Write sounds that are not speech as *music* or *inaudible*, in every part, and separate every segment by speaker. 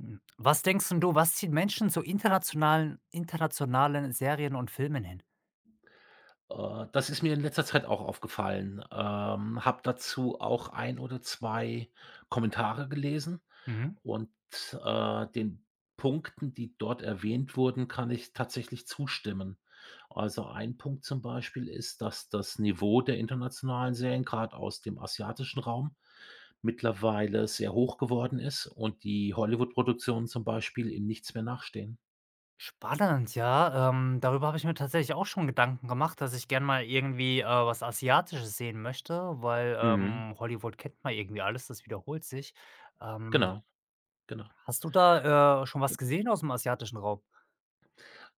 Speaker 1: Hm. Was denkst 'n du, was zieht Menschen zu internationalen Serien und Filmen hin?
Speaker 2: Das ist mir in letzter Zeit auch aufgefallen. Habe dazu auch ein oder 2 Kommentare gelesen
Speaker 1: Mhm.
Speaker 2: und, den Punkten, die dort erwähnt wurden, kann ich tatsächlich zustimmen. Also, ein Punkt zum Beispiel ist, dass das Niveau der internationalen Serien, gerade aus dem asiatischen Raum, mittlerweile sehr hoch geworden ist und die Hollywood-Produktionen zum Beispiel ihm nichts mehr nachstehen.
Speaker 1: Spannend, ja. Darüber habe ich mir tatsächlich auch schon Gedanken gemacht, dass ich gern mal irgendwie, was Asiatisches sehen möchte, weil,
Speaker 2: Mhm.
Speaker 1: Hollywood kennt man irgendwie alles, das wiederholt sich. Ähm,
Speaker 2: Genau, genau.
Speaker 1: Hast du da, schon was gesehen aus dem asiatischen Raum?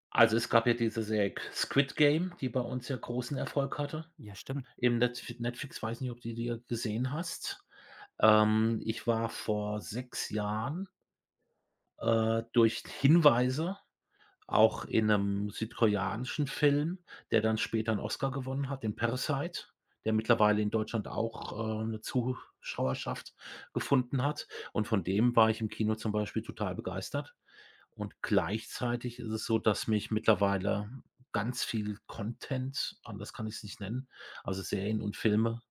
Speaker 2: Also, es gab ja diese Serie Squid Game, die bei uns ja großen Erfolg hatte
Speaker 1: Ja, stimmt.
Speaker 2: im Netflix. Weiß nicht, ob du die dir gesehen hast. Ich war vor 6 Jahren, durch Hinweise auch in 'nem südkoreanischen Film, der dann später 'n Oscar gewonnen hat, den „Parasite", der mittlerweile in Deutschland auch, 'ne Zuschauerschaft gefunden hat. Und von dem war ich im Kino zum Beispiel total begeistert. Und gleichzeitig ist es so, dass mich mittlerweile ganz viel Content, anders kann ich es nicht nennen, also Serien und Filme,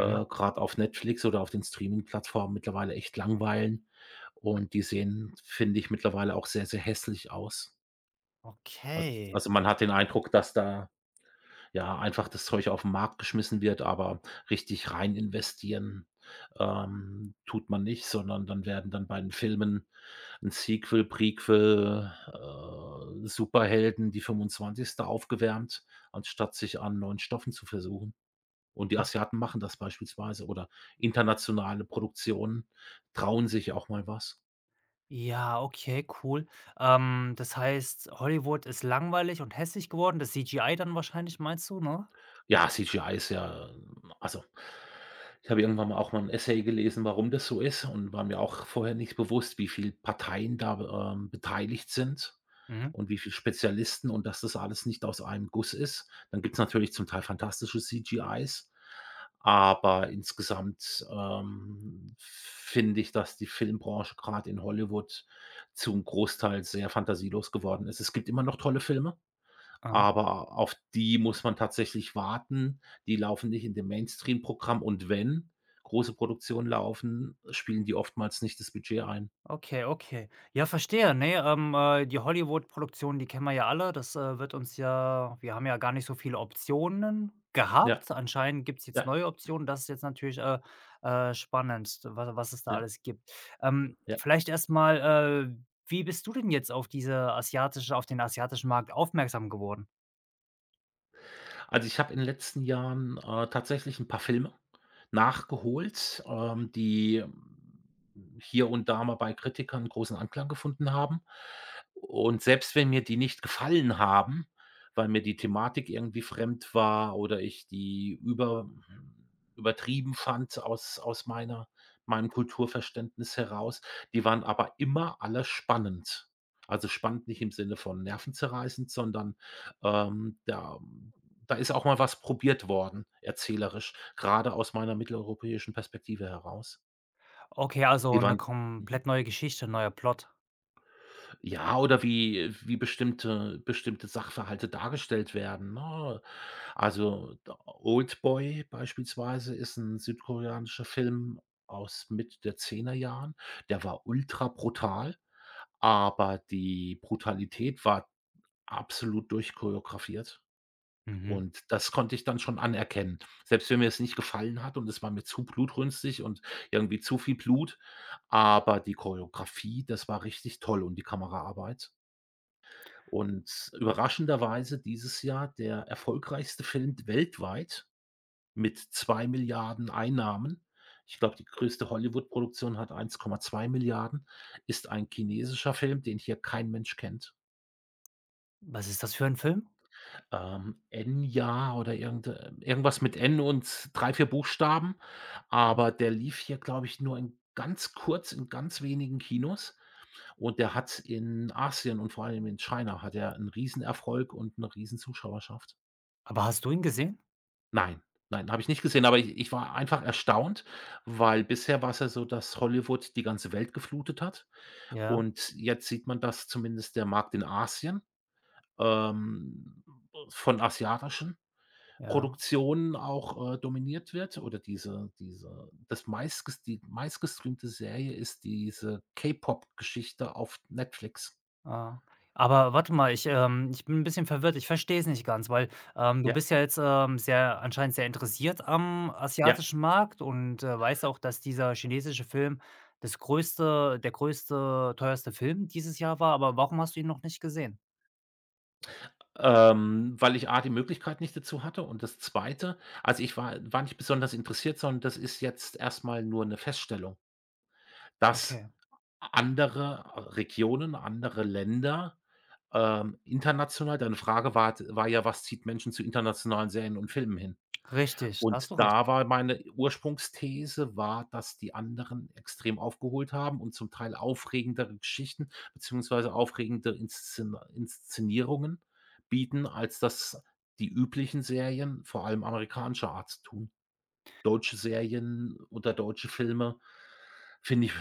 Speaker 1: Mhm.
Speaker 2: grad auf Netflix oder auf den Streaming-Plattformen mittlerweile echt langweilen. Und die sehen, finde ich, mittlerweile auch sehr, sehr hässlich aus. Als
Speaker 1: Okay.
Speaker 2: also, man hat den Eindruck, dass da, ja, einfach das Zeug auf den Markt geschmissen wird, aber richtig rein investieren, tut man nicht, sondern dann werden dann bei den Filmen ein Sequel, Prequel, Superhelden, die 25. aufgewärmt, anstatt sich an neuen Stoffen zu versuchen. Und die
Speaker 1: Ok,
Speaker 2: Asiaten machen das beispielsweise oder internationale Produktionen trauen sich auch mal was.
Speaker 1: ja, okay, cool. Das heißt, Hollywood ist langweilig und hässlich geworden. Das CGI dann wahrscheinlich, meinst du, ne?
Speaker 2: Ja, CGI ist ja, also, ich habe irgendwann mal auch mal 'n Essay gelesen, warum das so ist, und war mir auch vorher nicht bewusst, wie viel Parteien da, beteiligt sind
Speaker 1: Mhm.
Speaker 2: und wie viel Spezialisten und dass das alles nicht aus einem Guss ist. Dann gibt's natürlich zum Teil fantastische CGIs, aber insgesamt, finde ich, dass die Filmbranche grad in Hollywood zum Großteil sehr fantasielos geworden ist. Es gibt immer noch tolle Filme,
Speaker 1: Ah,
Speaker 2: aber auf die muss man tatsächlich warten. Die laufen nicht in dem Mainstream-Programm, und wenn große Produktionen laufen, spielen die oftmals nicht das Budget ein.
Speaker 1: okay, okay. Ja, verstehe. Ne, die Hollywood-Produktionen, die kennen wir ja alle. Das wird uns ja, wir haben ja gar nicht so viele Optionen
Speaker 2: Ja,
Speaker 1: gehabt. Anscheinend gibt's
Speaker 2: ja,
Speaker 1: jetzt neue Optionen. Das ist jetzt natürlich, spannend, was es da
Speaker 2: ja,
Speaker 1: alles gibt.
Speaker 2: ja.
Speaker 1: Vielleicht erstmal. äh, Wie bist du denn jetzt auf diese asiatische auf den asiatischen Markt aufmerksam geworden?
Speaker 2: Also, ich habe in den letzten Jahren, tatsächlich ein paar Filme nachgeholt, die hier und da mal bei Kritikern großen Anklang gefunden haben. Und selbst wenn mir die nicht gefallen haben, weil mir die Thematik irgendwie fremd war oder ich die übertrieben fand aus meiner meinem Kulturverständnis heraus, die waren aber immer alle spannend. Also, spannend nicht im Sinne von nervenzerreißend, sondern, ähm, da da ist auch mal was probiert worden, erzählerisch, gerade aus meiner mitteleuropäischen Perspektive heraus.
Speaker 1: Okay, also
Speaker 2: Die
Speaker 1: eine
Speaker 2: waren. Mhm.
Speaker 1: komplett neue Geschichte, neuer Plot.
Speaker 2: Ja, oder wie bestimmte Sachverhalte dargestellt werden, ne? Also, da Oldboy beispielsweise ist 'n südkoreanischer Film aus Mitte der 10 Jahren. Der war ultra brutal, aber die Brutalität war absolut durchchoreografiert.
Speaker 1: Mhm.
Speaker 2: Und das konnte ich dann schon anerkennen. Selbst wenn mir es nicht gefallen hat und es war mir zu blutrünstig und irgendwie zu viel Blut, aber die Choreografie, das war richtig toll, und die Kameraarbeit. Und überraschenderweise dieses Jahr der erfolgreichste Film weltweit mit 2 Milliarden Einnahmen. Ich glaube, die größte Hollywood-Produktion hat 1,2 Milliarden, ist ein chinesischer Film, den hier kein Mensch kennt.
Speaker 1: Was ist das für ein Film?
Speaker 2: Enya oder irgendwas mit N und 3 4 Buchstaben,
Speaker 1: Mhm.
Speaker 2: aber der lief hier, glaube ich, nur in ganz wenigen Kinos, und der hat in Asien und vor allem in China hat er 'n Riesenerfolg und 'ne Riesenzuschauerschaft.
Speaker 1: Aber hast du ihn gesehen?
Speaker 2: Nein, nein, habe ich nicht gesehen, aber ich war einfach erstaunt, weil bisher war's ja so, dass Hollywood die ganze Welt geflutet hat,
Speaker 1: Ja,
Speaker 2: und jetzt sieht man, dass zumindest der Markt in Asien, ähm, von asiatischen
Speaker 1: ja,
Speaker 2: Produktionen auch, dominiert wird, oder diese das meistges die meistgestreamte Serie ist diese K-Pop-Geschichte auf Netflix.
Speaker 1: ah. Aber warte mal, ich bin ein bisschen verwirrt. Ich verstehe es nicht ganz, weil, du
Speaker 2: Ja,
Speaker 1: bist ja jetzt, sehr anscheinend sehr interessiert am
Speaker 2: ja.
Speaker 1: asiatischen Markt und, weißt auch, dass dieser chinesische Film das größte der größte, teuerste Film dieses Jahr war, aber warum hast du ihn noch nicht gesehen?
Speaker 2: Weil ich A, die Möglichkeit nicht dazu hatte, und das zweite, also, ich war nicht besonders interessiert, sondern das ist jetzt erst mal nur 'ne Feststellung, dass
Speaker 1: Okay,
Speaker 2: andere Regionen, andere Länder, international deine Frage war ja: „Was zieht Menschen zu internationalen Serien und Filmen hin?"
Speaker 1: richtig, da hast du
Speaker 2: Und
Speaker 1: recht.
Speaker 2: da war meine Ursprungsthese war, dass die anderen extrem aufgeholt haben und zum Teil aufregendere Geschichten beziehungsweise aufregende Inszenierungen bieten, als das die üblichen Serien, vor allem amerikanischer Art, tun. Deutsche Serien oder deutsche Filme finde ich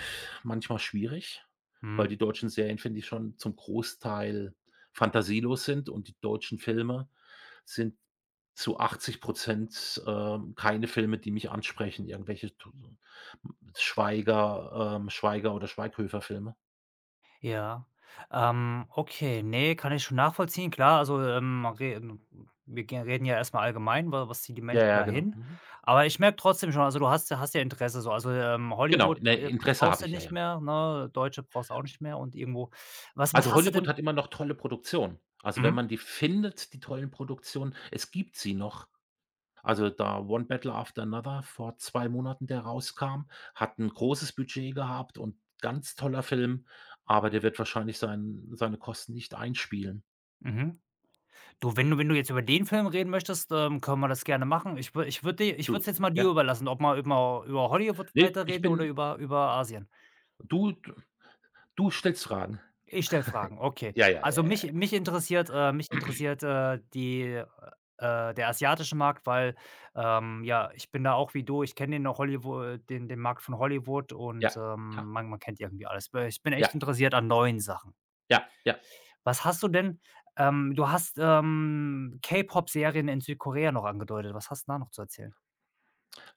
Speaker 2: manchmal schwierig,
Speaker 1: Mhm.
Speaker 2: weil die deutschen Serien, finde ich, schon zum Großteil fantasielos sind und die deutschen Filme sind zu 80 keine Filme, die mich ansprechen, irgendwelche t Schweiger oder Schweighöfer-Filme.
Speaker 1: Ja. Okay, nee, kann ich schon nachvollziehen. Klar, also, man re wir ge reden ja erstmal allgemein, wa was ziehen die
Speaker 2: Ja,
Speaker 1: Menschen
Speaker 2: ja, genau.
Speaker 1: dahin?
Speaker 2: Mhm.
Speaker 1: Aber ich merke trotzdem schon, also, du hast ja Interesse so. Also,
Speaker 2: Genau,
Speaker 1: Hollywood,
Speaker 2: ne, Interesse habe
Speaker 1: brauchst du
Speaker 2: ich, ja,
Speaker 1: nicht
Speaker 2: ja.
Speaker 1: mehr, ne? Deutsche brauchst du auch nicht mehr und irgendwo was
Speaker 2: Also,
Speaker 1: was hast du
Speaker 2: Hollywood
Speaker 1: denn
Speaker 2: hat immer noch tolle Produktionen. Also, wenn
Speaker 1: mhm,
Speaker 2: man die findet, die tollen Produktionen, es gibt sie noch. Also, da „One Battle After Another" vor 2 Monaten, der rauskam, hat ein großes Budget gehabt und ganz toller Film, aber der wird wahrscheinlich seine Kosten nicht einspielen.
Speaker 1: mhm. Du, wenn du jetzt über den Film reden möchtest, können wir das gerne machen. Ich wür ich würde ich
Speaker 2: Du,
Speaker 1: würde es jetzt mal dir
Speaker 2: ja?
Speaker 1: überlassen, ob wir über Hollywood
Speaker 2: Nee, ich
Speaker 1: weiterreden oder
Speaker 2: bin.
Speaker 1: über Asien.
Speaker 2: Du du stellst Fragen.
Speaker 1: Ich stelle Fragen, okay.
Speaker 2: Ja, ja, ja,
Speaker 1: Also,
Speaker 2: ja,
Speaker 1: mich interessiert mich
Speaker 2: ja. *clears throat*
Speaker 1: interessiert, die der asiatische Markt, weil, ja, ich bin da auch wie du, ich kenne den Markt von Hollywood und,
Speaker 2: Ja, ja,
Speaker 1: man kennt irgendwie alles. Weil ich bin echt
Speaker 2: ja,
Speaker 1: interessiert an neuen Sachen.
Speaker 2: ja, ja.
Speaker 1: Was hast du denn du hast, K-Pop-Serien in Südkorea noch angedeutet. Was hast 'n da noch zu erzählen?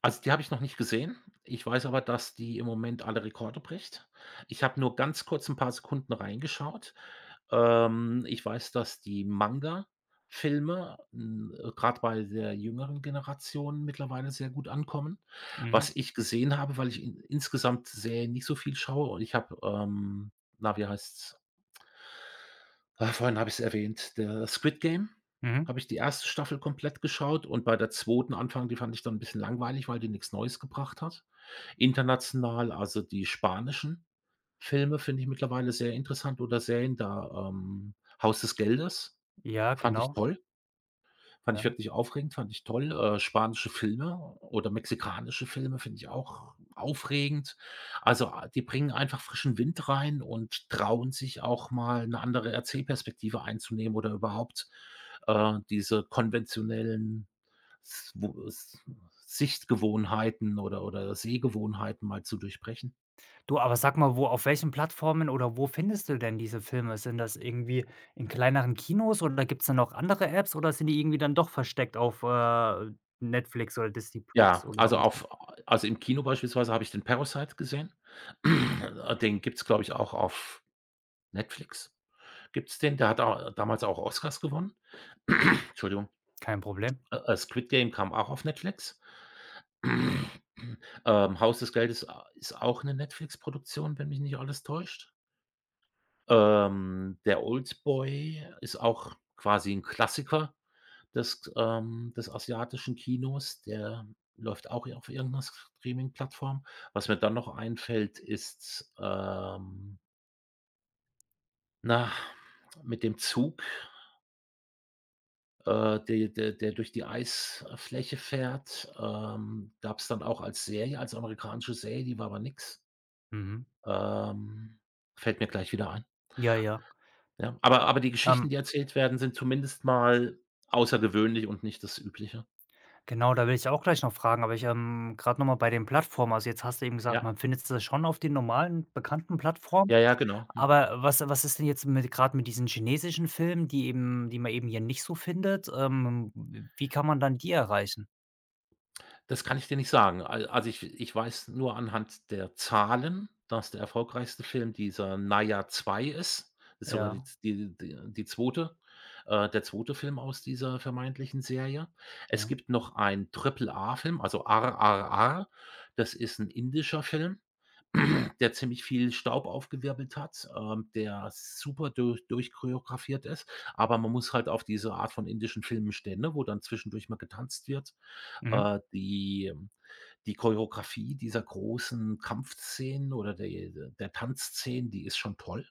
Speaker 2: Also, die habe ich noch nicht gesehen. Ich weiß aber, dass die im Moment alle Rekorde bricht. Ich habe nur ganz kurz ein paar Sekunden reingeschaut. Ich weiß, dass die Manga-Filme, gerade bei der jüngeren Generation, mittlerweile sehr gut ankommen.
Speaker 1: Mhm,
Speaker 2: Was ich gesehen habe, weil ich in insgesamt sehr nicht so viel schaue und ich habe, na, wie heißt's? Ah, vorhin habe ich es erwähnt, der Squid Game,
Speaker 1: mhm.
Speaker 2: habe ich die erste Staffel komplett geschaut, und bei der zweiten Anfang, die fand ich dann ein bisschen langweilig, weil die nichts Neues gebracht hat. International, also die spanischen Filme finde ich mittlerweile sehr interessant, oder Serien da, Haus des Geldes
Speaker 1: Ja,
Speaker 2: fand ich
Speaker 1: genau,
Speaker 2: toll. Fand ich
Speaker 1: ja.
Speaker 2: wirklich aufregend, fand ich toll. Spanische Filme oder mexikanische Filme finde ich auch aufregend. Also, a die bringen einfach frischen Wind rein und trauen sich auch mal 'ne andere Erzählperspektive einzunehmen oder überhaupt, diese konventionellen S wo S Sichtgewohnheiten oder Sehgewohnheiten mal zu durchbrechen.
Speaker 1: Du, aber sag mal, wo auf welchen Plattformen oder wo findest du denn diese Filme? Sind das irgendwie in kleineren Kinos oder gibt's da noch andere Apps oder sind die irgendwie dann doch versteckt auf, Netflix oder Disney Plus
Speaker 2: Ja,
Speaker 1: oder Amazon?
Speaker 2: also im Kino beispielsweise habe ich den „Parasite" gesehen. *clears throat* Den gibt's, glaube ich, auch auf Netflix. Gibt's den? Der hat da damals auch Oscars gewonnen. Entschuldigung.
Speaker 1: Kein Problem.
Speaker 2: Squid Game kam auch auf Netflix. *clears throat* Haus des Geldes a ist auch 'ne Netflix-Produktion, wenn mich nicht alles täuscht. Der Oldboy ist auch quasi 'n Klassiker des asiatischen Kinos. Der läuft auch i auf irgend 'ner Streaming-Plattform. Was mir dann noch einfällt, ist, na, mit dem Zug, der durch die Eisfläche fährt, gab's dann auch als Serie, als amerikanische Serie, die war aber nix.
Speaker 1: Mhm.
Speaker 2: Ähm, Fällt mir gleich wieder ein.
Speaker 1: Ja, ja.
Speaker 2: Ja, aber die Geschichten,
Speaker 1: Ähm,
Speaker 2: die erzählt werden, sind zumindest mal außergewöhnlich und nicht das Übliche.
Speaker 1: genau, da will ich auch gleich noch fragen, aber gerade noch mal bei den Plattformen. Also, jetzt hast du eben gesagt,
Speaker 2: Ja,
Speaker 1: man findet das schon auf den normalen bekannten Plattformen,
Speaker 2: ja, ja, genau. Mhm.
Speaker 1: aber was ist denn jetzt mit grad mit diesen chinesischen Filmen, die man eben hier nicht so findet? Wie kann man dann die erreichen?
Speaker 2: Das kann ich dir nicht sagen. Al also, ich weiß nur anhand der Zahlen, dass der erfolgreichste Film dieser Naya 2 ist. Ist sogar die
Speaker 1: Ja,
Speaker 2: die die die 2., der zweite Film aus dieser vermeintlichen Serie. Es
Speaker 1: ja.
Speaker 2: gibt noch einen Triple-A-Film, also RRR. Das ist ein indischer Film, *clears throat* der ziemlich viel Staub aufgewirbelt hat, der super durchchoreografiert ist. Aber man muss halt auf diese Art von indischen Filmen stehen, ne, wo dann zwischendurch mal getanzt wird,
Speaker 1: Mhm.
Speaker 2: äh, die ähm, die Choreografie dieser großen Kampfszenen oder de der Tanzszenen, die ist schon toll,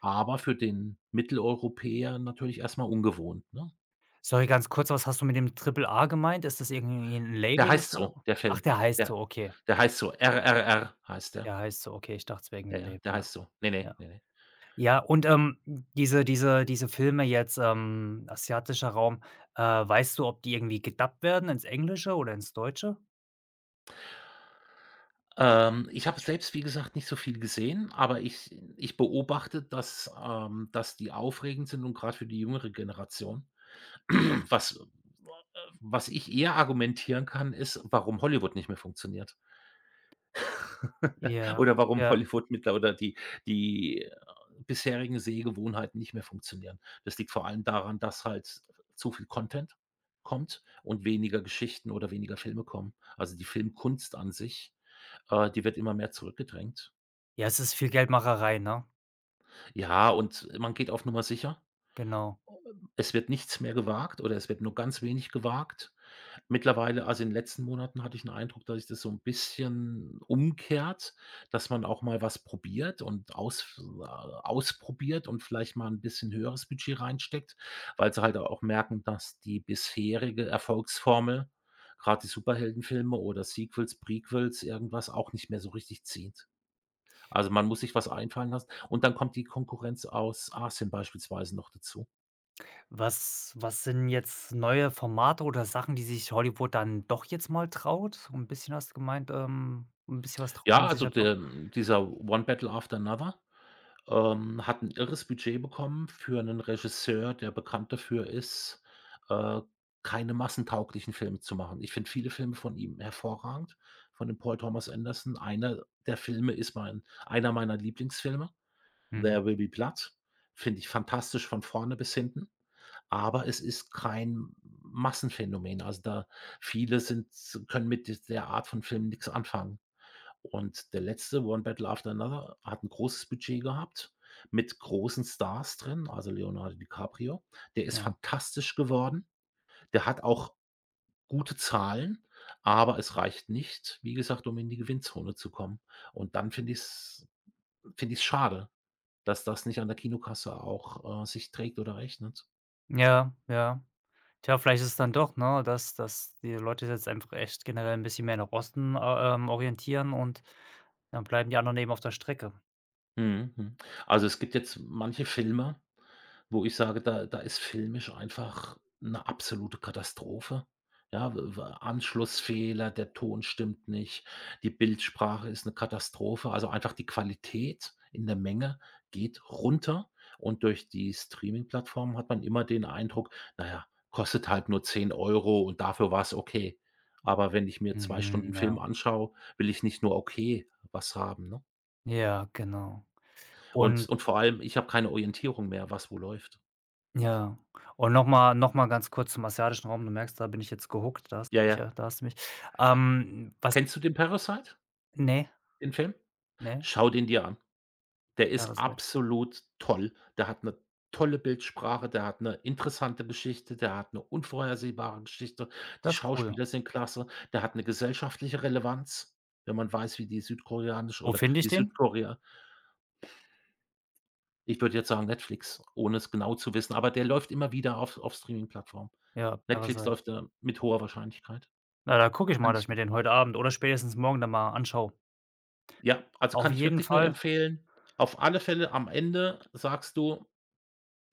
Speaker 2: aber für den Mitteleuropäer natürlich erstmal ungewohnt, ne?
Speaker 1: Sorry, ganz kurz, was hast du mit dem Triple A gemeint? Ist das irgendwie 'n
Speaker 2: Der
Speaker 1: Label,
Speaker 2: heißt
Speaker 1: das
Speaker 2: so, der
Speaker 1: ach,
Speaker 2: Film.
Speaker 1: der heißt
Speaker 2: Der
Speaker 1: so, okay.
Speaker 2: der heißt so, RRR heißt der.
Speaker 1: Der heißt so, okay. Ich dachte, es wäre
Speaker 2: Ja,
Speaker 1: irgendwie 'n
Speaker 2: ja,
Speaker 1: Label,
Speaker 2: der
Speaker 1: ja,
Speaker 2: heißt so. Ne, ne,
Speaker 1: ja.
Speaker 2: ne, ne.
Speaker 1: Ja, und, diese Filme jetzt, asiatischer Raum, weißt du, ob die irgendwie gedubbt werden ins Englische oder ins Deutsche?
Speaker 2: Ich habe selbst, wie gesagt, nicht so viel gesehen, aber ich beobachte, dass die aufregend sind, und grad für die jüngere Generation. *clears throat* Was äh, was ich eher argumentieren kann, ist, warum Hollywood nicht mehr funktioniert,
Speaker 1: Ja,
Speaker 2: oder warum
Speaker 1: ja.
Speaker 2: Hollywood mittler oder die, bisherigen Sehgewohnheiten nicht mehr funktionieren. Das liegt vor allem daran, dass halt zu viel Content kommt und weniger Geschichten oder weniger Filme kommen. Also, die Filmkunst an sich, die wird immer mehr zurückgedrängt.
Speaker 1: Ja, es ist viel Geldmacherei, ne?
Speaker 2: Ja, und man geht auf Nummer sicher.
Speaker 1: Genau.
Speaker 2: Es wird nichts mehr gewagt oder es wird nur ganz wenig gewagt. Mittlerweile, also, in den letzten Monaten hatte ich den Eindruck, dass sich das so 'n bisschen umkehrt, dass man auch mal was probiert und ausprobiert und vielleicht mal 'n bisschen höheres Budget reinsteckt, weil sie halt auch merken, dass die bisherige Erfolgsformel, grad die Superheldenfilme oder Sequels, Prequels, irgendwas, auch nicht mehr so richtig zieht. Also, man muss sich was einfallen lassen und dann kommt die Konkurrenz aus Asien beispielsweise noch dazu.
Speaker 1: Was sind jetzt neue Formate oder Sachen, die sich Hollywood dann doch jetzt mal traut? So ein bisschen hast du gemeint, 'n bisschen was traut
Speaker 2: Ja,
Speaker 1: man sich
Speaker 2: also,
Speaker 1: ja doch.
Speaker 2: der dieser „One Battle After Another", hat 'n irres Budget bekommen für 'nen Regisseur, der bekannt dafür ist, äh, keine massentauglichen Filme zu machen. Ich finde viele Filme von ihm hervorragend, von dem Paul Thomas Anderson. Einer der Filme ist mein einer meiner Lieblingsfilme,
Speaker 1: Mhm,
Speaker 2: „There Will Be Blood", finde ich fantastisch von vorne bis hinten, aber es ist kein Massenphänomen. Also, da viele sind können mit d der Art von Film nix anfangen. Und der letzte, „One Battle After Another", hat ein großes Budget gehabt mit großen Stars drin, also Leonardo DiCaprio. Der ist
Speaker 1: ja.
Speaker 2: fantastisch geworden. Der hat auch gute Zahlen, aber es reicht nicht, wie gesagt, um in die Gewinnzone zu kommen. Und dann finde ich's schade, dass das nicht an der Kinokasse auch, sich trägt oder rechnet.
Speaker 1: Ja, ja. Tja, vielleicht ist es dann doch, ne, dass die Leute sich jetzt einfach echt generell ein bisschen mehr nach Osten, orientieren und dann bleiben die anderen eben auf der Strecke.
Speaker 2: Mhm, mhm. Also, es gibt jetzt manche Filme, wo ich sage, da ist filmisch einfach eine absolute Katastrophe. Ja, w w Anschlussfehler, der Ton stimmt nicht, die Bildsprache ist eine Katastrophe. Also, einfach die Qualität in der Menge geht runter, und durch die Streaming-Plattformen hat man immer den Eindruck: „Na ja, kostet halt nur 10 Euro und dafür war es okay." Aber wenn ich mir 2
Speaker 1: Mhm,
Speaker 2: Stunden Film
Speaker 1: ja.
Speaker 2: anschaue, will ich nicht nur okay was haben, ne?
Speaker 1: Ja, genau.
Speaker 2: Und
Speaker 1: Und
Speaker 2: und vor allem, ich habe keine Orientierung mehr, was wo läuft.
Speaker 1: ja. Und noch mal ganz kurz zum asiatischen Raum. Du merkst, da bin ich jetzt gehuckt, da hast du
Speaker 2: Ja,
Speaker 1: mich,
Speaker 2: ja.
Speaker 1: da hast du mich. Was
Speaker 2: Kennst du den „Parasite",
Speaker 1: ne,
Speaker 2: den Film?
Speaker 1: ne.
Speaker 2: Schau den dir an. Der ist
Speaker 1: Parasite.
Speaker 2: absolut toll. Der hat 'ne tolle Bildsprache, der hat 'ne interessante Geschichte, der hat 'ne unvorhersehbare Geschichte. Die
Speaker 1: Das ist cool.
Speaker 2: Schauspieler sind klasse. Der hat 'ne gesellschaftliche Relevanz, wenn man weiß, wie die südkoreanische
Speaker 1: Wo
Speaker 2: oder
Speaker 1: finde ich
Speaker 2: die
Speaker 1: den?
Speaker 2: Südkorea. Ich würde jetzt sagen Netflix, ohne es genau zu wissen, aber der läuft immer wieder auf Streamingplattformen.
Speaker 1: Ja,
Speaker 2: Netflix
Speaker 1: Parasite.
Speaker 2: läuft er mit hoher Wahrscheinlichkeit.
Speaker 1: Na, da gucke ich mal,
Speaker 2: Kann
Speaker 1: dass
Speaker 2: ich
Speaker 1: ich mir den heute Abend oder spätestens morgen dann mal anschaue. Auf
Speaker 2: kann ich
Speaker 1: jeden
Speaker 2: wirklich nur
Speaker 1: Fall.
Speaker 2: empfehlen. Auf alle Fälle am Ende sagst du: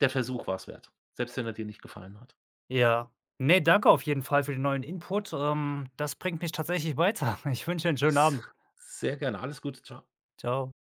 Speaker 2: Der Versuch war es wert, selbst wenn er dir nicht gefallen hat.
Speaker 1: Ja. Ne, danke auf jeden Fall für den neuen Input. Das bringt mich tatsächlich weiter. *laughs* Ich wünsche dir einen schönen
Speaker 2: S
Speaker 1: Abend.
Speaker 2: Sehr gerne. Alles Gute. Tschau.
Speaker 1: Ciao.